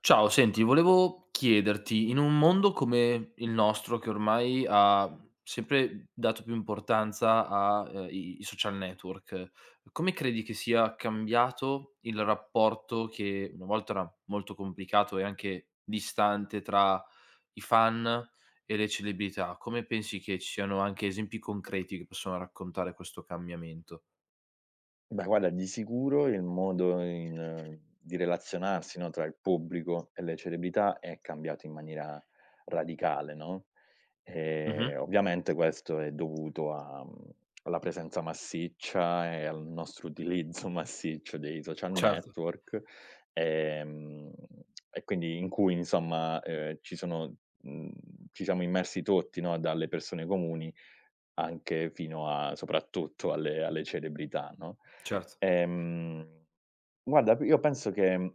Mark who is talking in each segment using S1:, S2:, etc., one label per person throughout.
S1: Ciao, senti, volevo chiederti, in un mondo come il nostro, che ormai ha sempre dato più importanza a, i social network, come credi che sia cambiato il rapporto che una volta era molto complicato e anche distante tra i fan e le celebrità? Come pensi che ci siano anche esempi concreti che possono raccontare questo cambiamento?
S2: Beh, guarda, di sicuro il modo in di relazionarsi, no, tra il pubblico e le celebrità è cambiato in maniera radicale, no,
S1: Mh-mh.
S2: ovviamente questo è dovuto a alla presenza massiccia e al nostro utilizzo massiccio dei social
S1: Certo,
S2: network, ehm, e quindi in cui insomma, ci sono mhmm, ci siamo immersi tutti, no, dalle persone comuni anche fino a soprattutto alle celebrità, no.
S1: certo.
S2: Ehm, guarda, p io penso che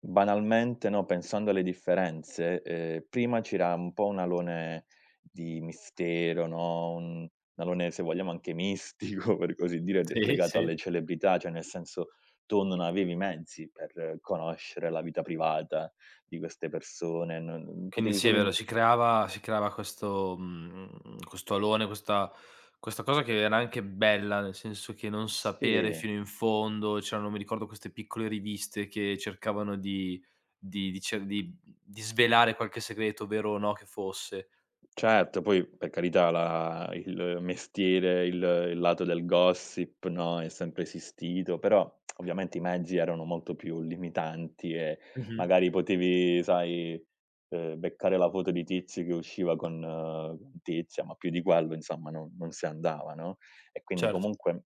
S2: banalmente, no, pensando alle differenze, prima c'era un po' un alone di mistero, no, un alone se vogliamo anche mistico, per così dire, de
S1: Sì,
S2: legato alle
S1: sì.
S2: celebrità, cioè nel senso tu non avevi i mezzi per conoscere la vita privata di queste persone, non
S1: Quindi
S2: potevi
S1: sì, è
S2: solo
S1: vero,
S2: im
S1: si creava questo questo alone, questa questa cosa che era anche bella, nel senso che non sapere
S2: sì.
S1: fino in fondo, c'erano mi ricordo queste piccole riviste che cercavano di cer di svelare qualche segreto, vero o no che fosse.
S2: Certo, poi per carità la il mestiere, il lato del gossip, no, è sempre esistito, però ovviamente i mezzi erano molto più limitanti e
S1: Mh-mh.
S2: magari potevi, sai, beccare la foto di tizio che usciva con tizia, ma più di quello insomma non si andava, no, e quindi
S1: Certo.
S2: comunque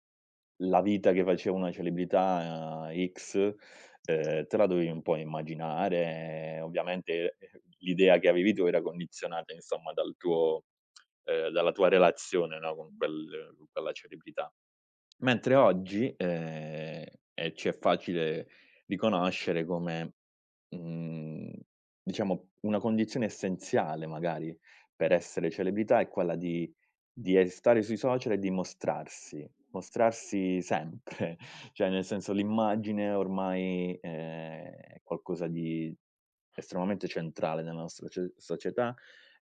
S2: la vita che faceva una celebrità X, te la dovevi un po' immaginare. Ovviamente, l'idea che avevi tu era condizionata insomma dal tuo dalla tua relazione, no, con quella celebrità. Mentre oggi, ci è facile riconoscere come, mhmm, diciamo una condizione essenziale magari per essere celebrità è quella di stare sui social e di mostrarsi, mostrarsi sempre, cioè nel senso l'immagine ormai, è qualcosa di estremamente centrale nella nostra ce società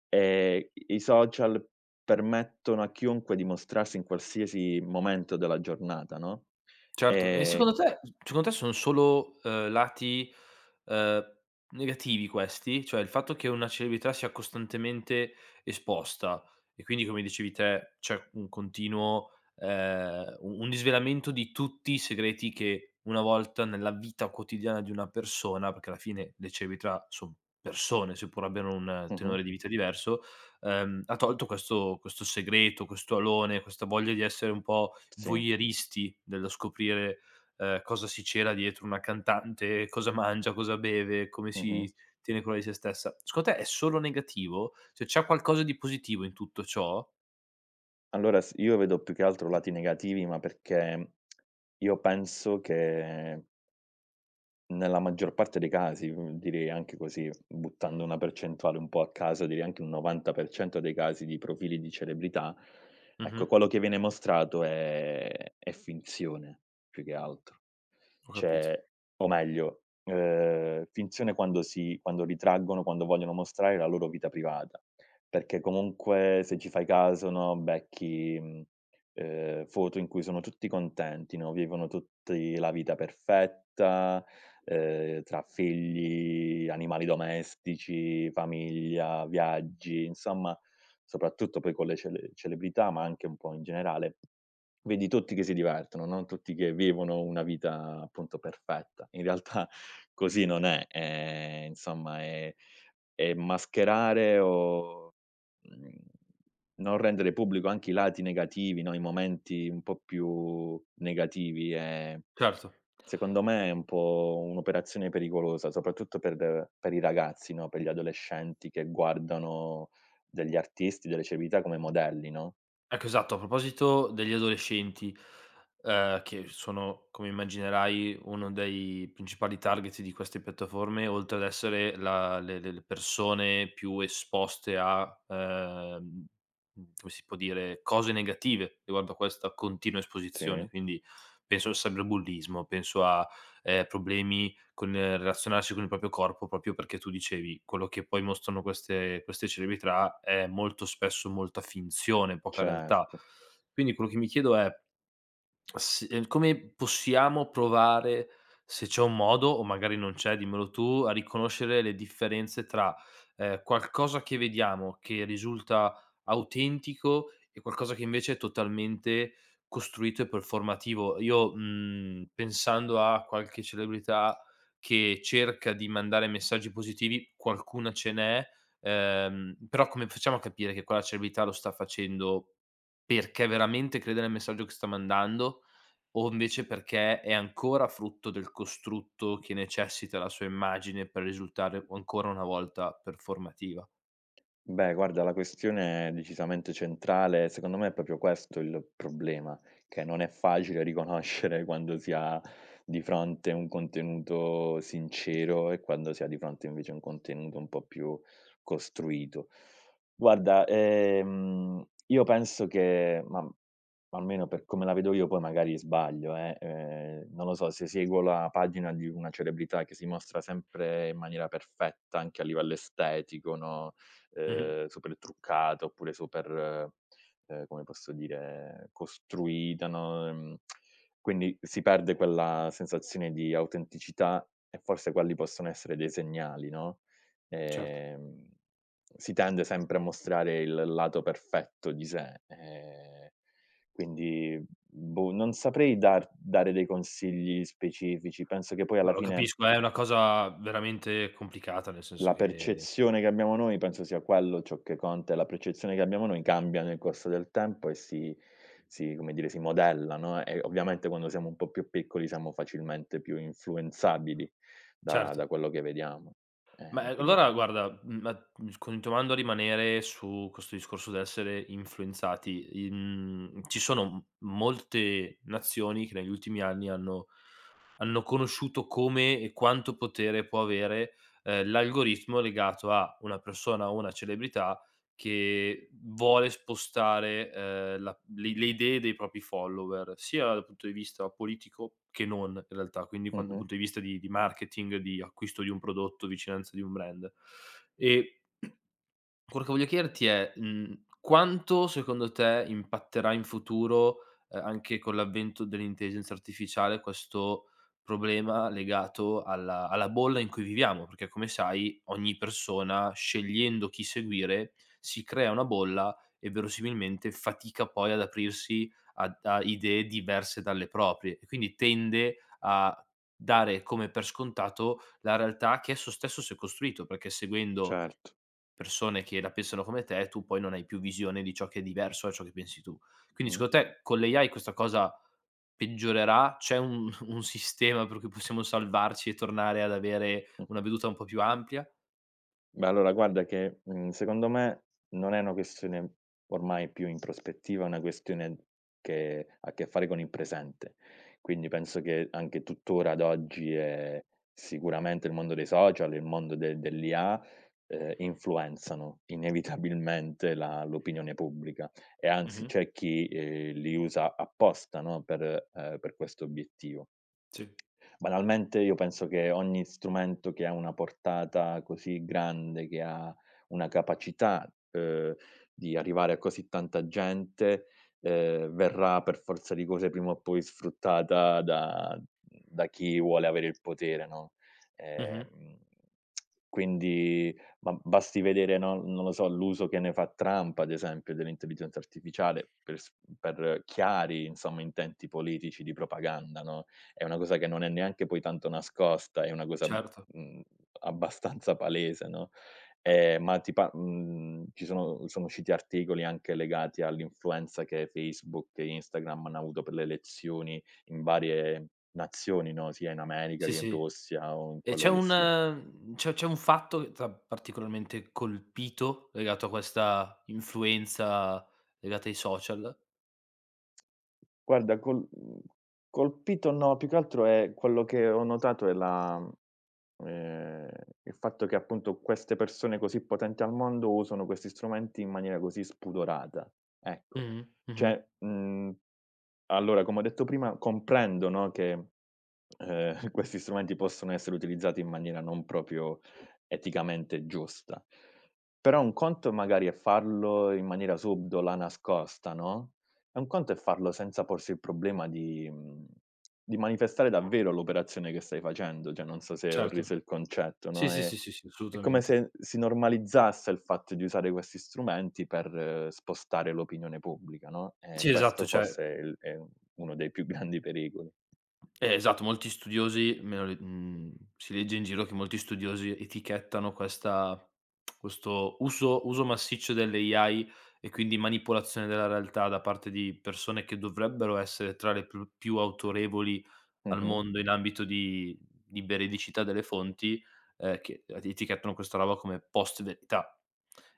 S2: e i social permettono a chiunque di mostrarsi in qualsiasi momento della giornata, no,
S1: Certo, e
S2: ehm
S1: secondo te, sono solo, lati, uhm, negativi questi? Cioè il fatto che una celebrità sia costantemente esposta e quindi come dicevi te c'è un continuo u un disvelamento di tutti i segreti che una volta nella vita quotidiana di una persona, perché alla fine le celebrità son persone, seppur abbiano un
S2: mh-mh,
S1: tenore di vita diverso, ha tolto questo questo segreto, questo alone, questa voglia di essere un po'
S2: sì,
S1: voyeuristi dello scoprire, cosa si c'era dietro una cantante, cosa mangia, cosa beve, come
S2: mh-mh.
S1: si tiene cura di sé stessa. Secondo te è solo negativo? Cioè c'è qualcosa di positivo in tutto ciò?
S2: Allora s io vedo più che altro lati negativi, ma perché io penso che nella maggior parte dei casi, direi anche così, buttando una percentuale un po' a caso, direi anche un 90% dei casi di profili di celebrità,
S1: Mh-mh,
S2: ecco quello che viene mostrato è finzione, più che altro.
S1: ho capito.
S2: Cioè o meglio, finzione quando ritraggono, quando vogliono mostrare la loro vita privata, perché comunque se ci fai caso, no, becchi, foto in cui sono tutti contenti, no, vivono tutti la vita perfetta, tra figli, animali domestici, famiglia, viaggi, insomma soprattutto poi con le celebrità, ma anche un po' in generale vedi tutti che si divertono, non tutti che vivono una vita appunto perfetta. In realtà così non è, insomma è mascherare o, mhmm, non rendere pubblico anche i lati negativi, no, i momenti un po' più negativi e
S1: Certo.
S2: secondo me è un po' un'operazione pericolosa, soprattutto per i ragazzi, no, per gli adolescenti che guardano degli artisti, delle celebrità come modelli, no?
S1: Ecco, esatto. A proposito degli adolescenti, che sono, come immaginerai, uno dei principali target di queste piattaforme, oltre ad essere la le persone più esposte a, ehm, come si può dire, cose negative riguardo a questa continua
S2: Sì,
S1: esposizione. Quindi penso al cyberbullismo, penso a, problemi con relazionarsi con il proprio corpo, proprio perché tu dicevi, quello che poi mostrano queste queste celebrità è molto spesso molta finzione, poca realtà.
S2: certo.
S1: Quindi quello che mi chiedo è sì, come possiamo provare, se c'è un modo o magari non c'è, dimmelo tu, a riconoscere le differenze tra, qualcosa che vediamo che risulta autentico e qualcosa che invece è totalmente costruito e performativo. Io, pensando a qualche celebrità che cerca di mandare messaggi positivi, qualcuna ce n'è, però come facciamo a capire che quella celebrità lo sta facendo perché veramente crede nel messaggio che sta mandando, o invece perché è ancora frutto del costrutto che necessita la sua immagine per risultare ancora una volta performativa.
S2: Beh, guarda, la questione è decisamente centrale. Secondo me è proprio questo il problema, che non è facile riconoscere quando si ha di fronte un contenuto sincero e quando si ha di fronte invece un contenuto un po' più costruito. Guarda, io penso che almeno per come la vedo io, poi magari sbaglio, non lo so, se seguo la pagina di una celebrità che si mostra sempre in maniera perfetta anche a livello estetico, no,
S1: Mh-mh,
S2: super truccata oppure super, come posso dire, costruita, no, quindi si perde quella sensazione di autenticità e forse quelli possono essere dei segnali, no,
S1: certo.
S2: ehm, si tende sempre a mostrare il lato perfetto di sé, quindi boh, non saprei dare dei consigli specifici. Penso che poi
S1: No,
S2: alla
S1: lo
S2: fine
S1: capisco, è una cosa veramente complicata, nel senso
S2: la
S1: che
S2: percezione che abbiamo noi penso sia quello ciò che conta, è la percezione che abbiamo noi cambia nel corso del tempo e si come dire, si modella, no, e ovviamente quando siamo un po' più piccoli siamo facilmente più influenzabili da
S1: certo.
S2: da quello che vediamo.
S1: Ma, ehm,
S2: Quindi
S1: allora guarda, continuando a rimanere su questo discorso dell'essere influenzati, in ci sono m molte nazioni che negli ultimi anni hanno conosciuto come e quanto potere può avere, l'algoritmo legato a una persona o una celebrità che vuole spostare, la le idee dei propri follower, sia dal punto di vista politico che non in realtà, quindi quan dal
S2: mh-mh.
S1: punto di vista di marketing, di acquisto di un prodotto, vicinanza di un brand. E quello che voglio chiederti è, quanto secondo te impatterà in futuro, anche con l'avvento dell'intelligenza artificiale, questo problema legato alla bolla in cui viviamo? Perché come sai ogni persona, scegliendo chi seguire, si crea una bolla e verosimilmente fatica poi ad aprirsi ad a idee diverse dalle proprie e quindi tende a dare come per scontato la realtà che esso stesso si è costruito, perché seguendo
S2: Certo.
S1: persone che la pensano come te, tu poi non hai più visione di ciò che è diverso da ciò che pensi tu. Quindi
S2: Mh.
S1: secondo te con l'AI questa cosa peggiorerà? C'è un un sistema per cui possiamo salvarci e tornare ad avere
S2: Mh.
S1: una veduta un po' più ampia?
S2: Beh, allora guarda che, secondo me non è una questione ormai più in prospettiva, è una questione che ha a che fare con il presente. Quindi penso che anche tuttora ad oggi, sicuramente il mondo dei social, il mondo de dell'IA, influenzano inevitabilmente la l'opinione pubblica e anzi
S1: Mh-mh.
S2: c'è chi, li usa apposta, no, per questo obiettivo.
S1: Sì.
S2: Banalmente io penso che ogni strumento che ha una portata così grande, che ha una capacità, di arrivare a così tanta gente, verrà per forza di cose prima o poi sfruttata da chi vuole avere il potere, no,
S1: Mh-mh.
S2: ehm, quindi ma basti vedere, no, non lo so, l'uso che ne fa Trump, ad esempio, dell'intelligenza artificiale per chiari, insomma, intenti politici di propaganda, no? È una cosa che non è neanche poi tanto nascosta, è una cosa,
S1: Certo.
S2: abbastanza palese, no,
S1: Eh,
S2: ci sono usciti articoli anche legati all'influenza che Facebook e Instagram hanno avuto per le elezioni in varie nazioni, no, sia in America
S1: sì,
S2: che in
S1: sì.
S2: Russia o in
S1: E
S2: quello
S1: c'è
S2: che
S1: un
S2: sia.
S1: c'è un fatto che t'ha particolarmente colpito legato a questa influenza legata ai social?
S2: Guarda, colpito no, più che altro è quello che ho notato è ehm, il fatto che appunto queste persone così potenti al mondo usano questi strumenti in maniera così spudorata, ecco.
S1: Mh-mh, mh-mh.
S2: Cioè, mhmm allora, come ho detto prima, comprendo, no, che, questi strumenti possono essere utilizzati in maniera non proprio eticamente giusta. Però un conto magari è farlo in maniera subdola, nascosta, no, e un conto è farlo senza porsi il problema di di manifestare davvero l'operazione che stai facendo, cioè non so se ho
S1: Certo.
S2: reso il concetto,
S1: Sì,
S2: no,
S1: sì,
S2: e
S1: sì, sì, sì,
S2: è come
S1: assolutamente.
S2: se si normalizzasse il fatto di usare questi strumenti per spostare l'opinione pubblica, no, e
S1: Sì, esatto,
S2: questo
S1: cioè
S2: forse è uno dei più grandi pericoli.
S1: eh, esatto, molti studiosi me lo le si legge in giro che molti studiosi etichettano questa questo uso massiccio dell'AI e quindi manipolazione della realtà da parte di persone che dovrebbero essere tra le pl più autorevoli al
S2: Mh-mh,
S1: mondo in ambito di veridicità delle fonti, che etichettano questa roba come post verità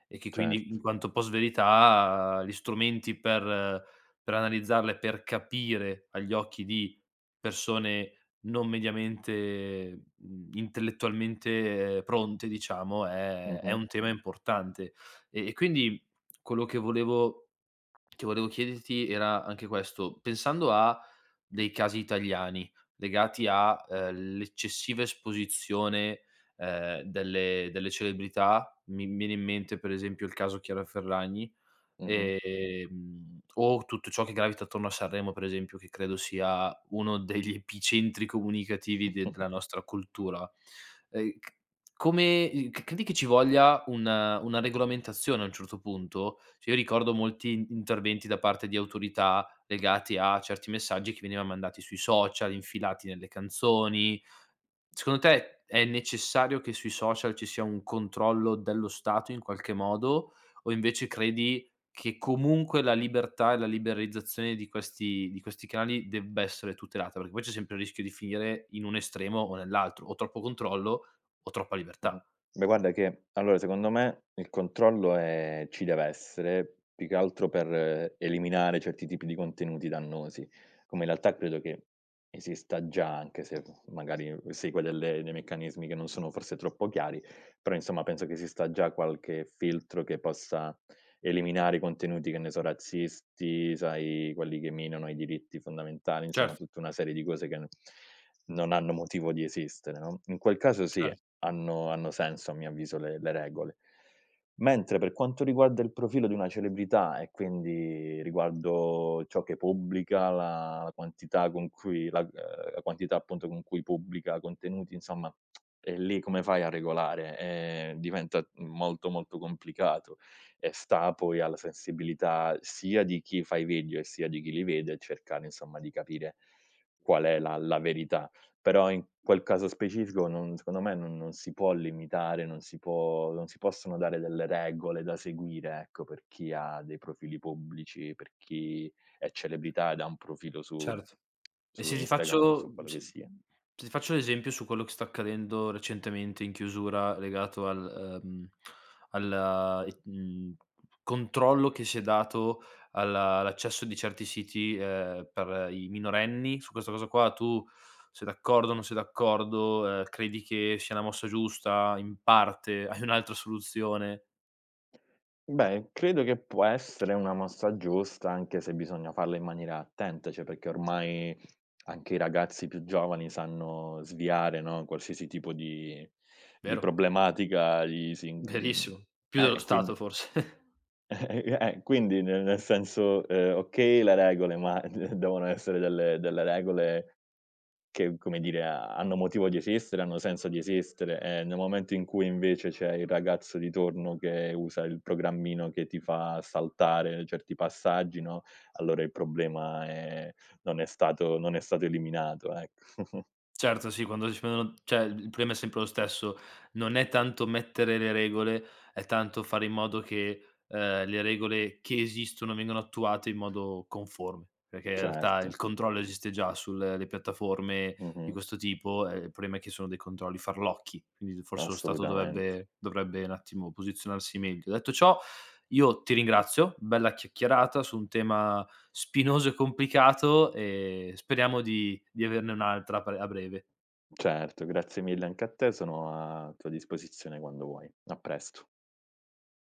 S1: e che quindi in
S2: certo.
S1: quanto post-verità gli strumenti per analizzarle, per capire agli occhi di persone non mediamente, intellettualmente pronte diciamo, è
S2: Mh-mh,
S1: un tema importante. E quindi quello che volevo chiederti era anche questo: pensando a dei casi italiani legati a, l'eccessiva esposizione, delle celebrità, mi viene in mente per esempio il caso Chiara Ferragni,
S2: mh-mh.
S1: O tutto ciò che gravita attorno a Sanremo, per esempio, che credo sia uno degli epicentri comunicativi de della nostra cultura. C Come c credi che ci voglia una regolamentazione a un certo punto? Cioè io ricordo molti in interventi da parte di autorità legati a certi messaggi che venivan mandati sui social, infilati nelle canzoni. Secondo te è necessario che sui social ci sia un controllo dello Stato in qualche modo, o invece credi che comunque la libertà e la liberalizzazione di questi canali debba essere tutelata? Perché poi c'è sempre il rischio di finire in un estremo o nell'altro, o troppo controllo o troppa libertà.
S2: Mh-mh. Beh, guarda che allora secondo me il controllo, ci deve essere, più che altro per eliminare certi tipi di contenuti dannosi, come in realtà credo che esista già, anche se magari segue delle dei meccanismi che non sono forse troppo chiari, però insomma penso che esista già qualche filtro che possa eliminare i contenuti, che ne so, razzisti, sai, quelli che minano i diritti fondamentali, insomma
S1: Certo,
S2: tutta una serie di cose che n non hanno motivo di esistere, no, in quel caso sì.
S1: cer
S2: Hanno senso a mio avviso le regole. Mentre per quanto riguarda il profilo di una celebrità e quindi riguardo ciò che pubblica, la quantità con cui la quantità appunto con cui pubblica contenuti, insomma, e lì come fai a regolare? Diventa molto, molto complicato e sta poi alla sensibilità sia di chi fa i video e sia di chi li vede cercare, insomma, di capire qual è la verità. Però in quel caso specifico non secondo me non si può limitare, non si possono dare delle regole da seguire, ecco, per chi ha dei profili pubblici, per chi è celebrità ed ha un profilo
S1: certo. E
S2: su
S1: se ti
S2: Instagram o su
S1: faccio
S2: quello che
S1: se
S2: sia.
S1: se ti faccio l'esempio su quello che sta accadendo recentemente in chiusura legato al alla controllo che si è dato alla all'accesso di certi siti, per i minorenni, su questa cosa qua tu sei d'accordo, o non sei d'accordo, credi che sia la mossa giusta, in parte, hai un'altra soluzione?
S2: Beh, credo che può essere una mossa giusta, anche se bisogna farla in maniera attenta, cioè perché ormai anche i ragazzi più giovani sanno sviare, no, qualsiasi tipo di
S1: Vero,
S2: problematica gli si
S1: verissimo. Più dello Stato
S2: quindi
S1: forse.
S2: Quindi nel senso, okay le regole, ma d devono essere delle regole che, come dire, ha hanno motivo di esistere, hanno senso di esistere, e nel momento in cui invece c'è il ragazzo di torno che usa il programmino che ti fa saltare certi passaggi, no, allora il problema è non è stato eliminato, ecco.
S1: Certo, sì, quando si spendono cioè il problema è sempre lo stesso, non è tanto mettere le regole, è tanto fare in modo che, le regole che esistono vengano attuate in modo conforme, perché in realtà il
S2: Certo.
S1: controllo esiste già sulle piattaforme di
S2: Mh-mh.
S1: questo tipo, il problema è che sono dei controlli farlocchi, quindi forse lo Stato
S2: Assolutamente.
S1: dovrebbe un attimo posizionarsi meglio. Detto ciò, io ti ringrazio, bella chiacchierata su un tema spinoso e complicato e speriamo di averne un'altra a pre a breve.
S2: Certo, grazie mille anche a te, sono a tua disposizione quando vuoi. A presto.